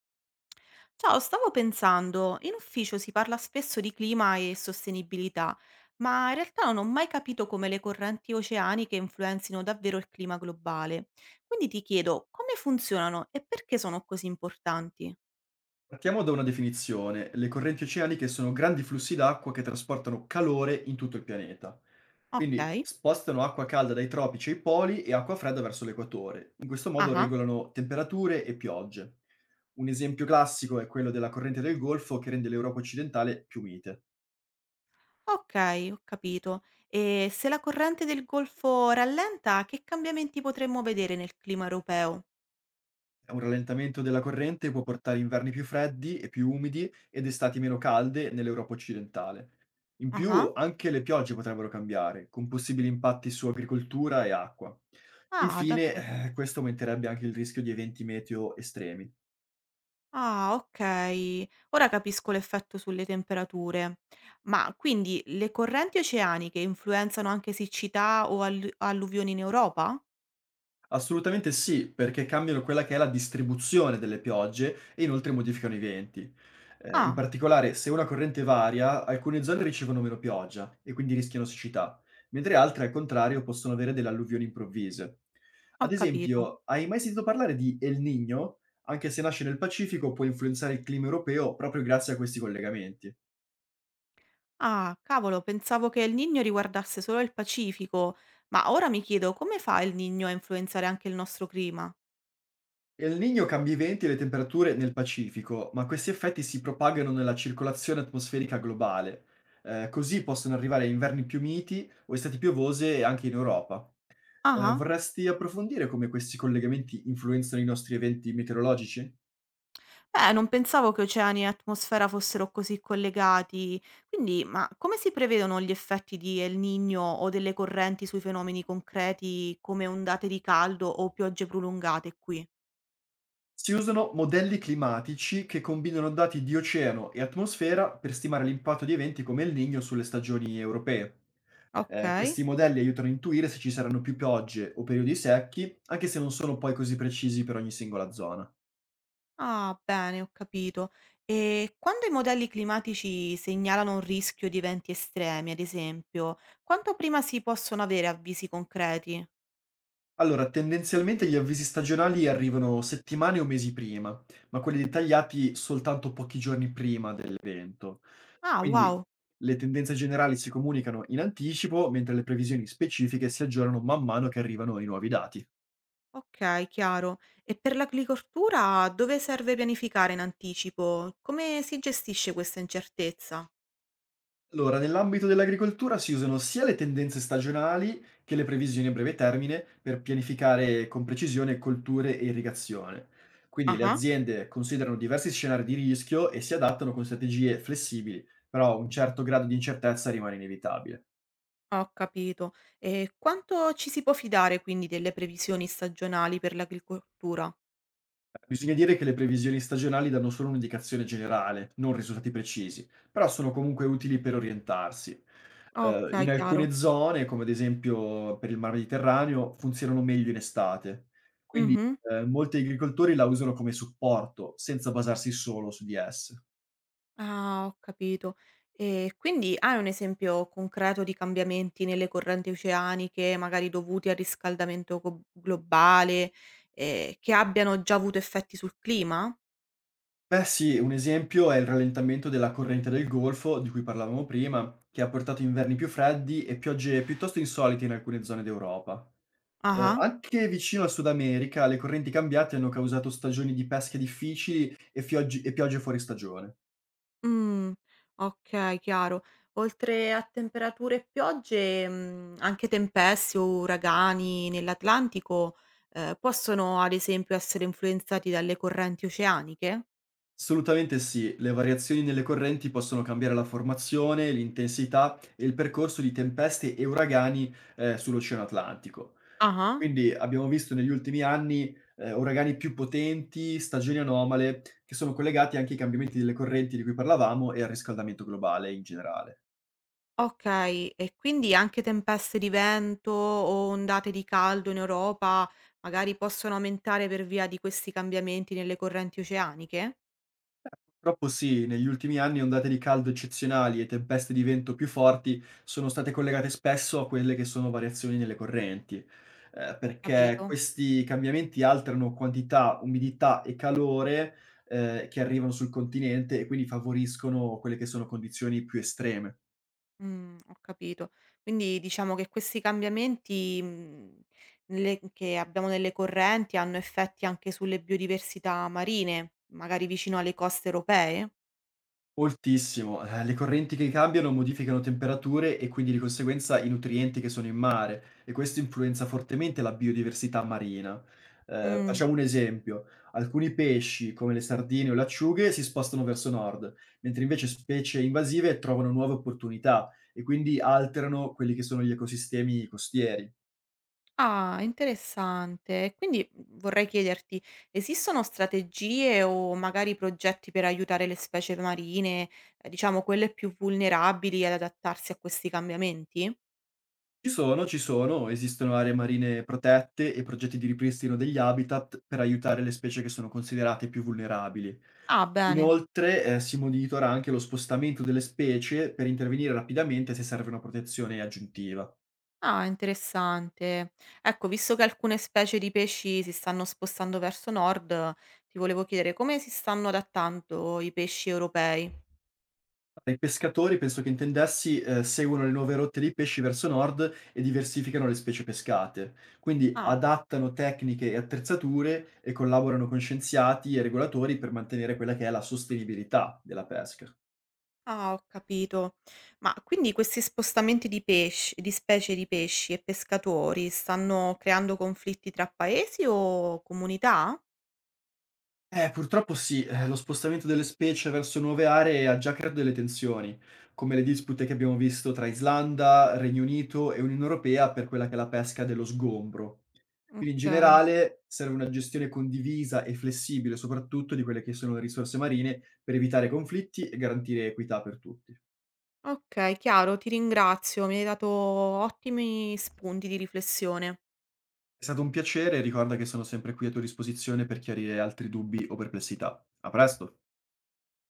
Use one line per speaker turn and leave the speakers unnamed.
Ciao, stavo pensando, in ufficio si parla spesso di clima e sostenibilità, ma in realtà non ho mai capito come le correnti oceaniche influenzino davvero il clima globale. Quindi ti chiedo come funzionano e perché sono così importanti?
Partiamo da una definizione. Le correnti oceaniche sono grandi flussi d'acqua che trasportano calore in tutto il pianeta.
Ok,
Quindi spostano acqua calda dai tropici ai poli e acqua fredda verso l'equatore. In questo modo
ah,
regolano temperature e piogge. Un esempio classico è quello della corrente del Golfo che rende l'Europa occidentale più mite.
ok, ho capito. E se la corrente del Golfo rallenta, che cambiamenti potremmo vedere nel clima europeo?
Un rallentamento della corrente può portare inverni più freddi e più umidi ed estati meno calde nell'Europa occidentale. In più,
Ah,
anche le piogge potrebbero cambiare, con possibili impatti su agricoltura e acqua.
ah, davvero.
Infine, questo aumenterebbe anche il rischio di eventi meteo estremi.
Ah, okay. Ora capisco l'effetto sulle temperature. Ma quindi le correnti oceaniche influenzano anche siccità o alluvioni in Europa?
Assolutamente sì, perché cambiano quella che è la distribuzione delle piogge e inoltre modificano i venti. In
Ah,
particolare, se una corrente varia, alcune zone ricevono meno pioggia e quindi rischiano siccità, mentre altre, al contrario, possono avere delle alluvioni improvvise.
ho
Ad
capito.
esempio, hai mai sentito parlare di El Niño? Anche se nasce nel Pacifico, può influenzare il clima europeo proprio grazie a questi collegamenti.
Ah, cavolo, pensavo che il Niño riguardasse solo il Pacifico, ma ora mi chiedo come fa il Niño a influenzare anche il nostro clima?
El Niño cambia i venti e le temperature nel Pacifico, ma questi effetti si propagano nella circolazione atmosferica globale. Così possono arrivare a inverni più miti o estati piovose anche in Europa. Eh,
Ah-ah.
vorresti approfondire come questi collegamenti influenzano i nostri eventi meteorologici?
Non pensavo che oceani e atmosfera fossero così collegati. Quindi, ma come si prevedono gli effetti di El Niño o delle correnti sui fenomeni concreti come ondate di caldo o piogge prolungate qui?
Si usano modelli climatici che combinano dati di oceano e atmosfera per stimare l'impatto di eventi come il Niño sulle stagioni europee.
Ok.
Questi modelli aiutano a intuire se ci saranno più piogge o periodi secchi, anche se non sono poi così precisi per ogni singola zona.
Ah, bene, ho capito. E quando i modelli climatici segnalano un rischio di eventi estremi, ad esempio, quanto prima si possono avere avvisi concreti?
Allora, tendenzialmente gli avvisi stagionali arrivano settimane o mesi prima, ma quelli dettagliati soltanto pochi giorni prima dell'evento.
Ah,
Quindi
wow.
le tendenze generali si comunicano in anticipo, mentre le previsioni specifiche si aggiornano man mano che arrivano i nuovi dati.
Okay, chiaro. E per l'agricoltura dove serve pianificare in anticipo? Come si gestisce questa incertezza?
Allora, nell'ambito dell'agricoltura si usano sia le tendenze stagionali che le previsioni a breve termine per pianificare con precisione colture e irrigazione. Quindi le
Ah-ah,
aziende considerano diversi scenari di rischio e si adattano con strategie flessibili, però un certo grado di incertezza rimane inevitabile.
ho capito. E quanto ci si può fidare quindi delle previsioni stagionali per l'agricoltura?
Bisogna dire che le previsioni stagionali danno solo un'indicazione generale, non risultati precisi, però sono comunque utili per orientarsi. Eh,
Okay,
in
chiaro.
alcune zone, come ad esempio per il Mar Mediterraneo, funzionano meglio in estate. Quindi,
Mh-mh.
molti agricoltori la usano come supporto, senza basarsi solo su di esse.
Ah, ho capito. E quindi hai un esempio concreto di cambiamenti nelle correnti oceaniche, magari dovuti al riscaldamento go globale, che abbiano già avuto effetti sul clima?
Beh sì, un esempio è il rallentamento della corrente del Golfo, di cui parlavamo prima, che ha portato inverni più freddi e piogge piuttosto insolite in alcune zone d'Europa. Eh,
Ah-ah.
anche vicino al Sud America, le correnti cambiate hanno causato stagioni di pesche difficili e, e piogge fuori stagione.
Mh, okay, chiaro. Oltre a temperature e piogge, mhmm, anche tempeste o uragani nell'Atlantico, possono ad esempio essere influenzati dalle correnti oceaniche?
Assolutamente sì, le variazioni nelle correnti possono cambiare la formazione, l'intensità e il percorso di tempeste e uragani sull'Oceano Atlantico.
Ah-ah.
Quindi abbiamo visto negli ultimi anni uragani più potenti, stagioni anomale, che sono collegati anche ai cambiamenti delle correnti di cui parlavamo e al riscaldamento globale in generale.
Okay, e quindi anche tempeste di vento o ondate di caldo in Europa magari possono aumentare per via di questi cambiamenti nelle correnti oceaniche?
Purtroppo sì, negli ultimi anni ondate di caldo eccezionali e tempeste di vento più forti sono state collegate spesso a quelle che sono variazioni nelle correnti, perché
Capito.
questi cambiamenti alterano quantità, umidità e calore, che arrivano sul continente e quindi favoriscono quelle che sono condizioni più estreme.
Mhmm, ho capito. Quindi diciamo che questi cambiamenti, mhmm, nelle che abbiamo nelle correnti hanno effetti anche sulle biodiversità marine, magari vicino alle coste europee?
Moltissimo. Le correnti che cambiano modificano temperature e quindi di conseguenza i nutrienti che sono in mare e questo influenza fortemente la biodiversità marina. Eh,
Mh.
facciamo un esempio: alcuni pesci, come le sardine o le acciughe, si spostano verso nord, mentre invece specie invasive trovano nuove opportunità e quindi alterano quelli che sono gli ecosistemi costieri.
Ah, interessante. E quindi, mhmm, vorrei chiederti: esistono strategie o magari progetti per aiutare le specie marine, diciamo quelle più vulnerabili ad adattarsi a questi cambiamenti?
Esistono aree marine protette e progetti di ripristino degli habitat per aiutare le specie che sono considerate più vulnerabili.
Ah, bene.
Inoltre, si monitora anche lo spostamento delle specie per intervenire rapidamente se serve una protezione aggiuntiva.
Ah, interessante. Ecco, visto che alcune specie di pesci si stanno spostando verso nord, ti volevo chiedere come si stanno adattando i pesci europei.
I pescatori penso che intendessi, seguono le nuove rotte dei pesci verso nord e diversificano le specie pescate. Quindi
Ah,
adattano tecniche e attrezzature e collaborano con scienziati e regolatori per mantenere quella che è la sostenibilità della pesca.
ah, ho capito. Ma quindi questi spostamenti di pesci, di specie di pesci e pescatori stanno creando conflitti tra paesi o comunità?
Purtroppo sì, lo spostamento delle specie verso nuove aree ha già creato delle tensioni, come le dispute che abbiamo visto tra Islanda, Regno Unito e Unione Europea per quella che è la pesca dello sgombro. Quindi in
Ok,
generale serve una gestione condivisa e flessibile, soprattutto di quelle che sono le risorse marine, per evitare conflitti e garantire equità per tutti.
ok, chiaro, ti ringrazio, mi hai dato ottimi spunti di riflessione.
È stato un piacere, ricorda che sono sempre qui a tua disposizione per chiarire altri dubbi o perplessità. A presto!